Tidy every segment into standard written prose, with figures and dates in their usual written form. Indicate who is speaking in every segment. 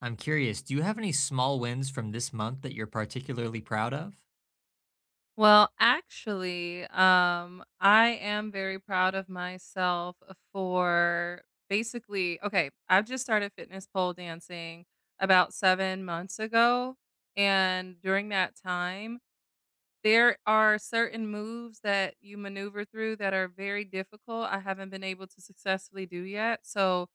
Speaker 1: I'm curious, do you have any small wins from this month that you're particularly proud of?
Speaker 2: Well, actually, I am very proud of myself for basically, okay, I've just started fitness pole dancing about 7 months ago. And during that time, there are certain moves that you maneuver through that are very difficult. I haven't been able to successfully do yet. So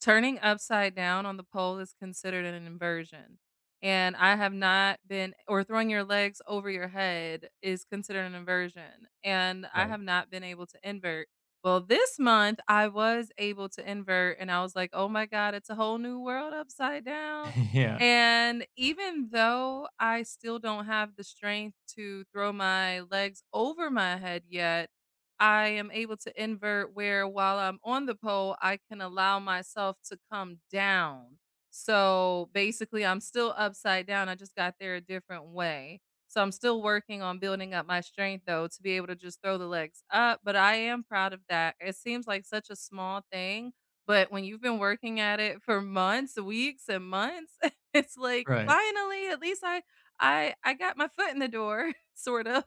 Speaker 2: turning upside down on the pole is considered an inversion, and I have not been or throwing your legs over your head is considered an inversion, and I
Speaker 1: Right.
Speaker 2: have not been able to invert. Well, this month I was able to invert, and I was like, "Oh my god, it's a whole new world upside down."
Speaker 1: Yeah,
Speaker 2: And even though I still don't have the strength to throw my legs over my head yet, I am able to invert where while I'm on the pole, I can allow myself to come down. So basically, I'm still upside down. I just got there a different way. So I'm still working on building up my strength, though, to be able to just throw the legs up. But I am proud of that. It seems like such a small thing. But when you've been working at it for months, weeks, and months, it's like
Speaker 1: right.
Speaker 2: finally, at least I got my foot in the door, sort of.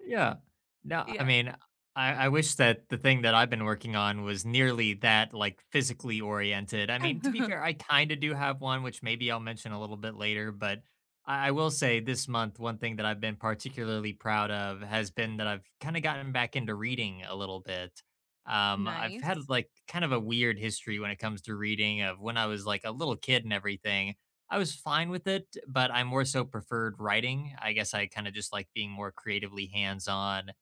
Speaker 1: Yeah. No, I
Speaker 2: Yeah.
Speaker 1: mean, I wish that the thing that I've been working on was nearly that, like, physically oriented. I mean, to be fair, I kinda do have one, which maybe I'll mention a little bit later, but I will say this month, one thing that I've been particularly proud of has been that I've kinda gotten back into reading a little bit. I've had,
Speaker 2: Nice.
Speaker 1: like, kind of a weird history when it comes to reading of when I was, like, a little kid and everything. I was fine with it, but I more so preferred writing. I guess I kind of just like being more creatively hands on.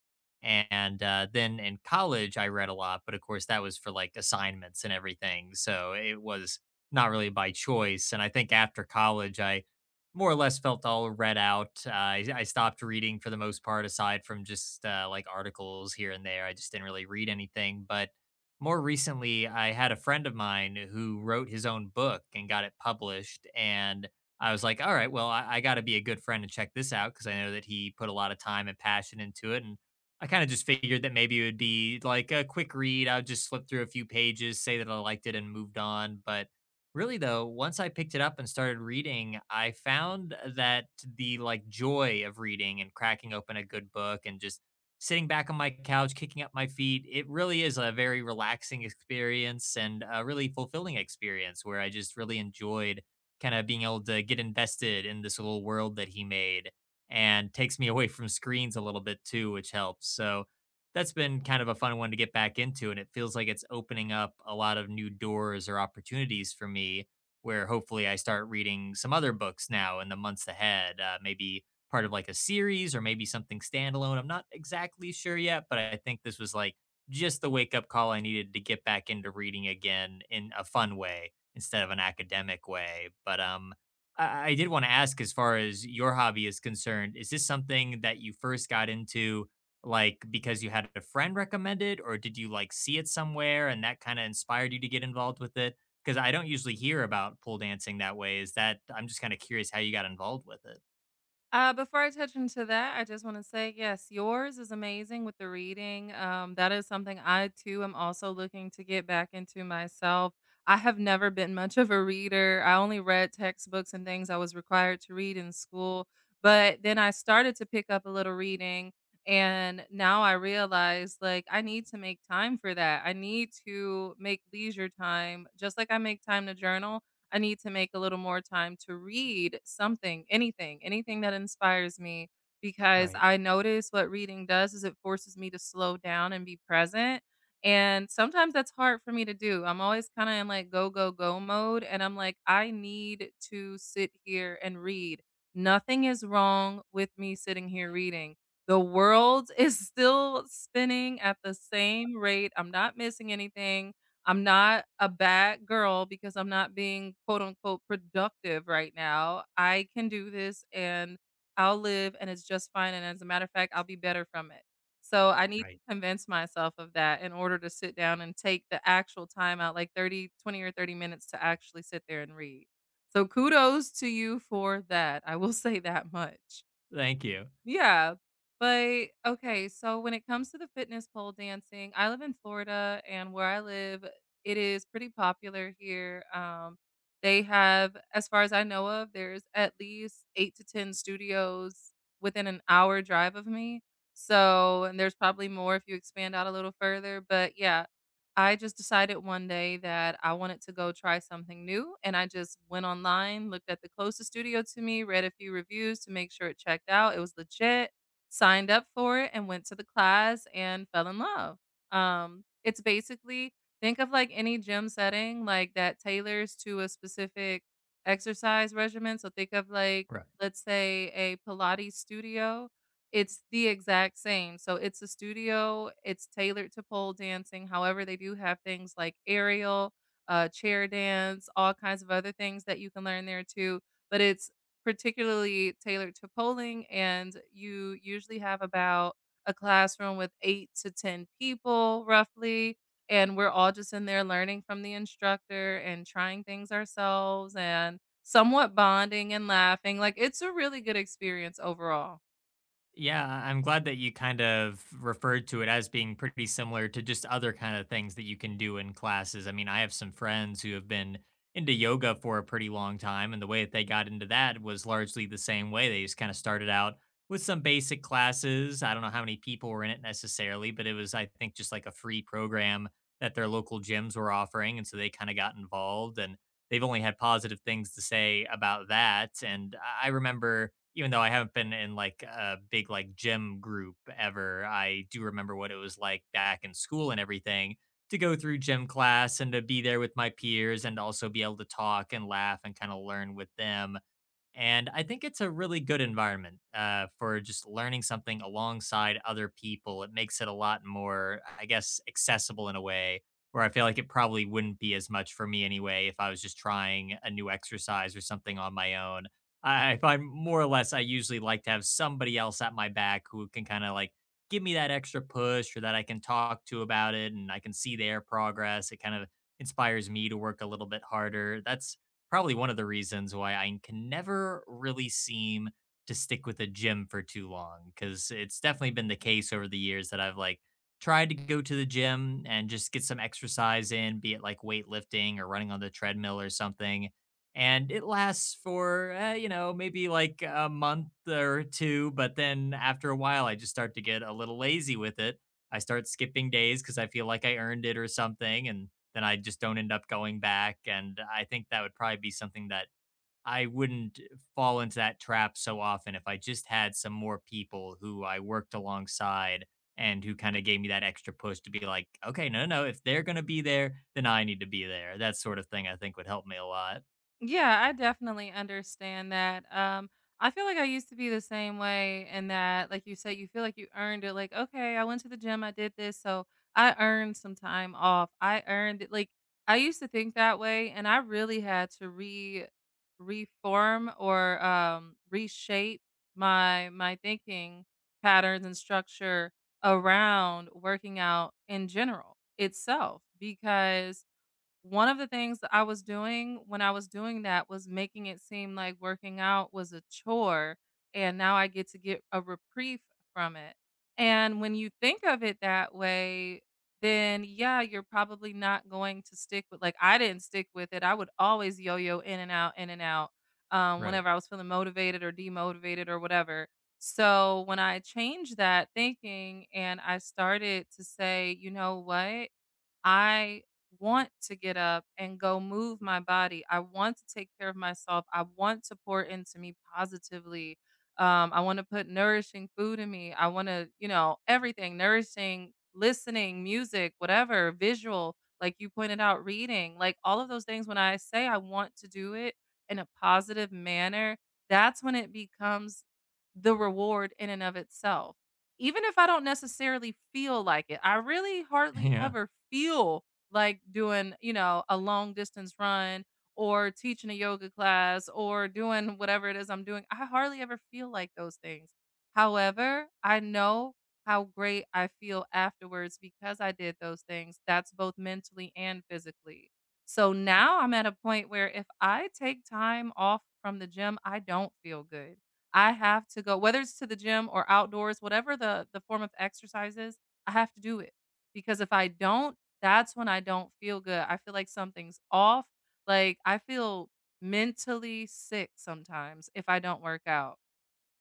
Speaker 1: And then in college, I read a lot, but of course, that was for like assignments and everything. So it was not really by choice. And I think after college, I more or less felt all read out. I stopped reading for the most part, aside from just like articles here and there. I just didn't really read anything. But more recently, I had a friend of mine who wrote his own book and got it published. And I was like, all right, well, I got to be a good friend and check this out because I know that he put a lot of time and passion into it. And I kind of just figured that maybe it would be like a quick read. I would just flip through a few pages, say that I liked it, and moved on. But really, though, once I picked it up and started reading, I found that the like joy of reading and cracking open a good book and just sitting back on my couch, kicking up my feet. It really is a very relaxing experience and a really fulfilling experience where I just really enjoyed kind of being able to get invested in this little world that he made and takes me away from screens a little bit too, which helps. So that's been kind of a fun one to get back into. And it feels like it's opening up a lot of new doors or opportunities for me where hopefully I start reading some other books now in the months ahead. Maybe part of like a series or maybe something standalone. I'm not exactly sure yet, but I think this was like just the wake up call I needed to get back into reading again in a fun way instead of an academic way. But I did want to ask, as far as your hobby is concerned, is this something that you first got into? Like, because you had a friend recommend it, or did you like see it somewhere and that kind of inspired you to get involved with it, because I don't usually hear about pole dancing that way? Is that, I'm just kind of curious how you got involved with it.
Speaker 2: Before I touch into that, I just want to say, yes, yours is amazing with the reading. That is something I too am also looking to get back into myself. I have never been much of a reader. I only read textbooks and things I was required to read in school. But then I started to pick up a little reading. And now I realize like I need to make time for that. I need to make leisure time, just like I make time to journal. I need to make a little more time to read something, anything, anything that inspires me because
Speaker 1: Right.
Speaker 2: I notice what reading does is it forces me to slow down and be present. And sometimes that's hard for me to do. I'm always kind of in like go, go, go mode. And I'm like, I need to sit here and read. Nothing is wrong with me sitting here reading. The world is still spinning at the same rate. I'm not missing anything. I'm not a bad girl because I'm not being quote unquote productive right now. I can do this and I'll live and it's just fine. And as a matter of fact, I'll be better from it. So I need
Speaker 1: Right.
Speaker 2: to convince myself of that in order to sit down and take the actual time out, like 30, 20, or 30 minutes to actually sit there and read. So kudos to you for that. I will say that much.
Speaker 1: Thank you.
Speaker 2: Yeah. But okay, so when it comes to the fitness pole dancing, I live in Florida and where I live, it is pretty popular here. They have, as far as I know of, there's at least eight to 10 studios within an hour drive of me. So, and there's probably more if you expand out a little further. But yeah, I just decided one day that I wanted to go try something new, and I just went online, looked at the closest studio to me, read a few reviews to make sure it checked out. It was legit, signed up for it, and went to the class and fell in love. It's basically think of like any gym setting like that tailors to a specific exercise regimen. So think of like
Speaker 1: Right.
Speaker 2: let's say a Pilates studio, it's the exact same. So it's a studio, it's tailored to pole dancing. However, they do have things like aerial, chair dance, all kinds of other things that you can learn there too. But it's particularly tailored to polling, and you usually have about a classroom with eight to 10 people roughly. And we're all just in there learning from the instructor and trying things ourselves and somewhat bonding and laughing. Like it's a really good experience overall.
Speaker 1: Yeah, I'm glad that you kind of referred to it as being pretty similar to just other kind of things that you can do in classes. I mean, I have some friends who have been into yoga for a pretty long time, and the way that they got into that was largely the same way. They just kind of started out with some basic classes. I don't know how many people were in it necessarily, but it was, I think, just like a free program that their local gyms were offering. And so they kind of got involved, and they've only had positive things to say about that. And I remember, even though I haven't been in like a big like gym group ever, I do remember what it was like back in school and everything to go through gym class and to be there with my peers and also be able to talk and laugh and kind of learn with them. And I think it's a really good environment for just learning something alongside other people. It makes it a lot more, I guess, accessible in a way where I feel like it probably wouldn't be as much for me anyway if I was just trying a new exercise or something on my own. I find more or less I usually like to have somebody else at my back who can kind of like give me that extra push or that I can talk to about it and I can see their progress. It kind of inspires me to work a little bit harder. That's probably one of the reasons why I can never really seem to stick with a gym for too long, because it's definitely been the case over the years that I've like tried to go to the gym and just get some exercise in, be it like weightlifting or running on the treadmill or something. And it lasts for, you know, maybe like a month or two. But then after a while, I just start to get a little lazy with it. I start skipping days because I feel like I earned it or something. And then I just don't end up going back. And I think that would probably be something that I wouldn't fall into that trap so often if I just had some more people who I worked alongside and who kind of gave me that extra push to be like, okay, no, if they're going to be there, then I need to be there. That sort of thing I think would help me a lot.
Speaker 2: Yeah, I definitely understand that. I feel like I used to be the same way, and that, like you said, you feel like you earned it. Like, okay, I went to the gym, I did this, so I earned some time off. I earned it. Like, I used to think that way, and I really had to re reform or reshape my thinking patterns and structure around working out in general itself because one of the things that I was doing when I was doing that was making it seem like working out was a chore, and now I get to get a reprieve from it. And when you think of it that way, then yeah, you're probably not going to stick with like I didn't stick with it. I would always yo-yo in and out,
Speaker 1: Right.
Speaker 2: whenever I was feeling motivated or demotivated or whatever. So when I changed that thinking and I started to say, you know what? I want to get up and go move my body. I want to take care of myself. I want to pour into me positively. I want to put nourishing food in me. I want to, you know, everything nourishing, listening, music, whatever, visual, like you pointed out, reading, like all of those things. When I say I want to do it in a positive manner, that's when it becomes the reward in and of itself even if I don't necessarily feel like it, I really hardly
Speaker 1: Yeah.
Speaker 2: ever feel like doing, you know, a long distance run or teaching a yoga class or doing whatever it is I'm doing. I hardly ever feel like those things. However, I know how great I feel afterwards because I did those things. That's both mentally and physically. So now I'm at a point where if I take time off from the gym, I don't feel good. I have to go whether it's to the gym or outdoors, whatever the form of exercise is, I have to do it, because if I don't, that's when I don't feel good. I feel like something's off, like, I feel mentally sick sometimes if I don't work out.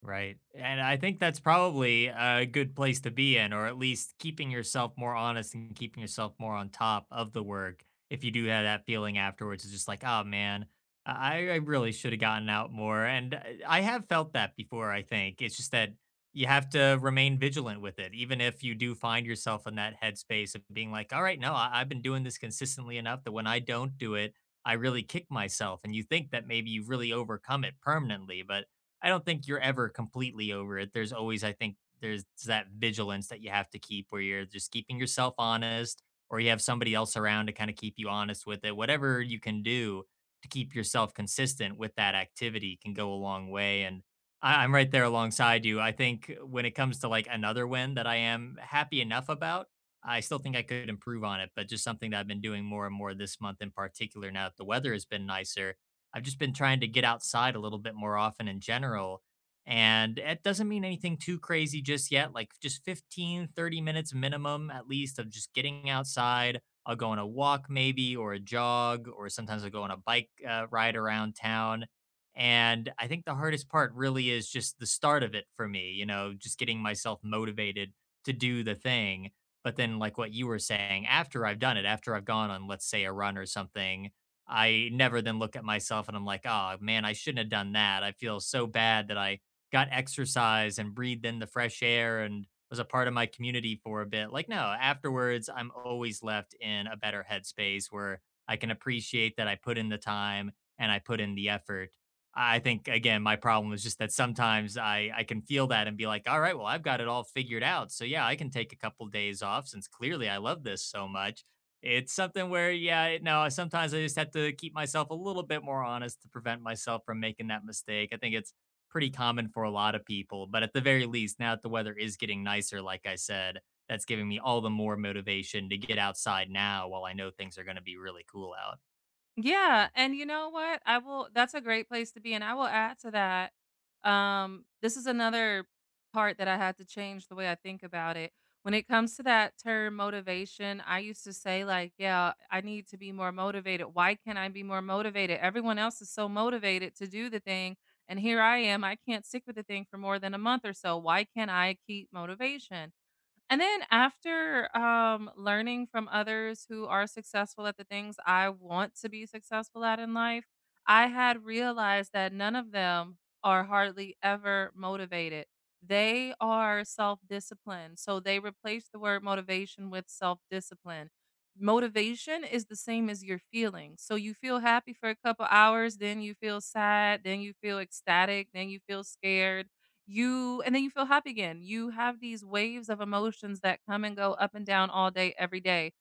Speaker 1: Right. And I think that's probably a good place to be in, or at least keeping yourself more honest and keeping yourself more on top of the work. If you do have that feeling afterwards, it's just like, oh man, I really should have gotten out more. And I have felt that before, I think. It's just that you have to remain vigilant with it, even if you do find yourself in that headspace of being like, all right, no, I've been doing this consistently enough that when I don't do it, I really kick myself. And you think that maybe you've really overcome it permanently, but I don't think you're ever completely over it. There's always, I think, there's that vigilance that you have to keep where you're just keeping yourself honest or you have somebody else around to kind of keep you honest with it. Whatever you can do to keep yourself consistent with that activity can go a long way. And I'm right there alongside you. I think when it comes to like another win that I am happy enough about, I still think I could improve on it, but just something that I've been doing more and more this month in particular now that the weather has been nicer, I've just been trying to get outside a little bit more often in general. And it doesn't mean anything too crazy just yet, like just 15, 30 minutes minimum at least of just getting outside. I'll go on a walk maybe or a jog, or sometimes I'll go on a bike ride around town. And I think the hardest part really is just the start of it for me, you know, just getting myself motivated to do the thing. But then, like what you were saying, after I've done it, after I've gone on, let's say, a run or something, I never then look at myself and I'm like, oh man, I shouldn't have done that. I feel so bad that I got exercise and breathed in the fresh air and was a part of my community for a bit. Like, no, afterwards, I'm always left in a better headspace where I can appreciate that I put in the time and I put in the effort. I think, again, my problem is just that sometimes I can feel that and be like, all right, well, I've got it all figured out. So, yeah, I can take a couple days off since clearly I love this so much. It's something where, yeah, no, sometimes I just have to keep myself a little bit more honest to prevent myself from making that mistake. I think it's pretty common for a lot of people, but at the very least, now that the weather is getting nicer, like I said, that's giving me all the more motivation to get outside now while I know things are going to be really cool out.
Speaker 2: Yeah, and you know what? I will that's a great place to be, and I will add to that, this is another part that I had to change the way I think about it. When it comes to that term motivation, I used to say like, "Yeah, I need to be more motivated. Why can't I be more motivated? Everyone else is so motivated to do the thing, and here I am, I can't stick with the thing for more than a month or so. Why can't I keep motivation?" And then after learning from others who are successful at the things I want to be successful at in life, I had realized that none of them are hardly ever motivated. They are self disciplined. So they replace the word motivation with self discipline. Motivation is the same as your feelings. So you feel happy for a couple hours, then you feel sad, then you feel ecstatic, then you feel scared you and then you feel happy again. You have these waves of emotions that come and go up and down all day, every day.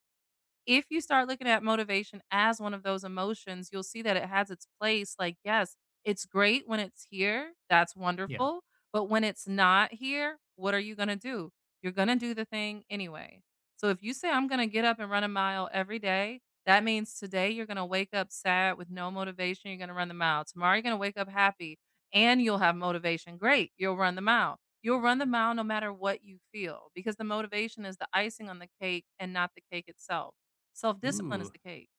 Speaker 2: If you start looking at motivation as one of those emotions, you'll see that it has its place. Like, yes, it's great when it's here. That's
Speaker 1: Yeah.
Speaker 2: wonderful. But when it's not here, what are you going to do? You're going to do the thing anyway. So if you say, I'm going to get up and run a mile every day, that means today you're going to wake up sad with no motivation. You're going to run the mile. Tomorrow you're going to wake up happy and you'll have motivation. Great. You'll run the mile. You'll run the mile no matter what you feel because the motivation is the icing on the cake and not the cake itself. Self-discipline is
Speaker 1: Ooh.
Speaker 2: the cake.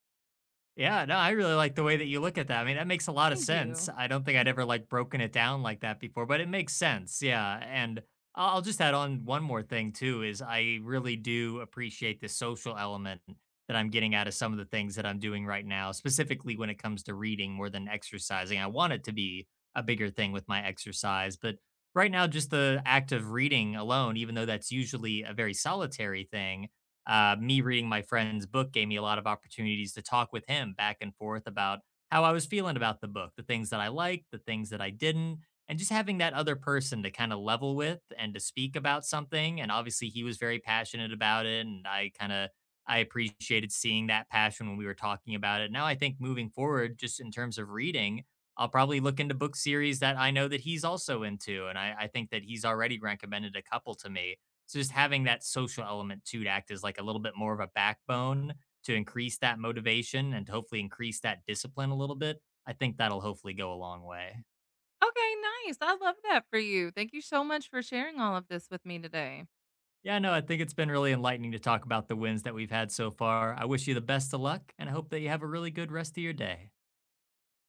Speaker 1: Yeah, no, I really like the way that you look at that. I mean, that makes a lot of
Speaker 2: Thank
Speaker 1: sense.
Speaker 2: you.
Speaker 1: I don't think I'd ever like broken it down like that before, but it makes sense. Yeah. And I'll just add on one more thing too is I really do appreciate the social element that I'm getting out of some of the things that I'm doing right now, specifically when it comes to reading more than exercising. I want it to be a bigger thing with my exercise, but right now just the act of reading alone, even though that's usually a very solitary thing, me reading my friend's book gave me a lot of opportunities to talk with him back and forth about how I was feeling about the book, the things that I liked, the things that I didn't, and just having that other person to kind of level with and to speak about something. And obviously, he was very passionate about it, and I kind of I appreciated seeing that passion when we were talking about it. Now, I think moving forward, just in terms of reading, I'll probably look into book series that I know that he's also into, and I think that he's already recommended a couple to me. So just having that social element too to act as like a little bit more of a backbone to increase that motivation and to hopefully increase that discipline a little bit, I think that'll hopefully go a long way.
Speaker 2: Okay, nice. I love that for you. Thank you so much for sharing all of this with me today.
Speaker 1: Yeah, no, I think it's been really enlightening to talk about the wins that we've had so far. I wish you the best of luck and I hope that you have a really good rest of your day.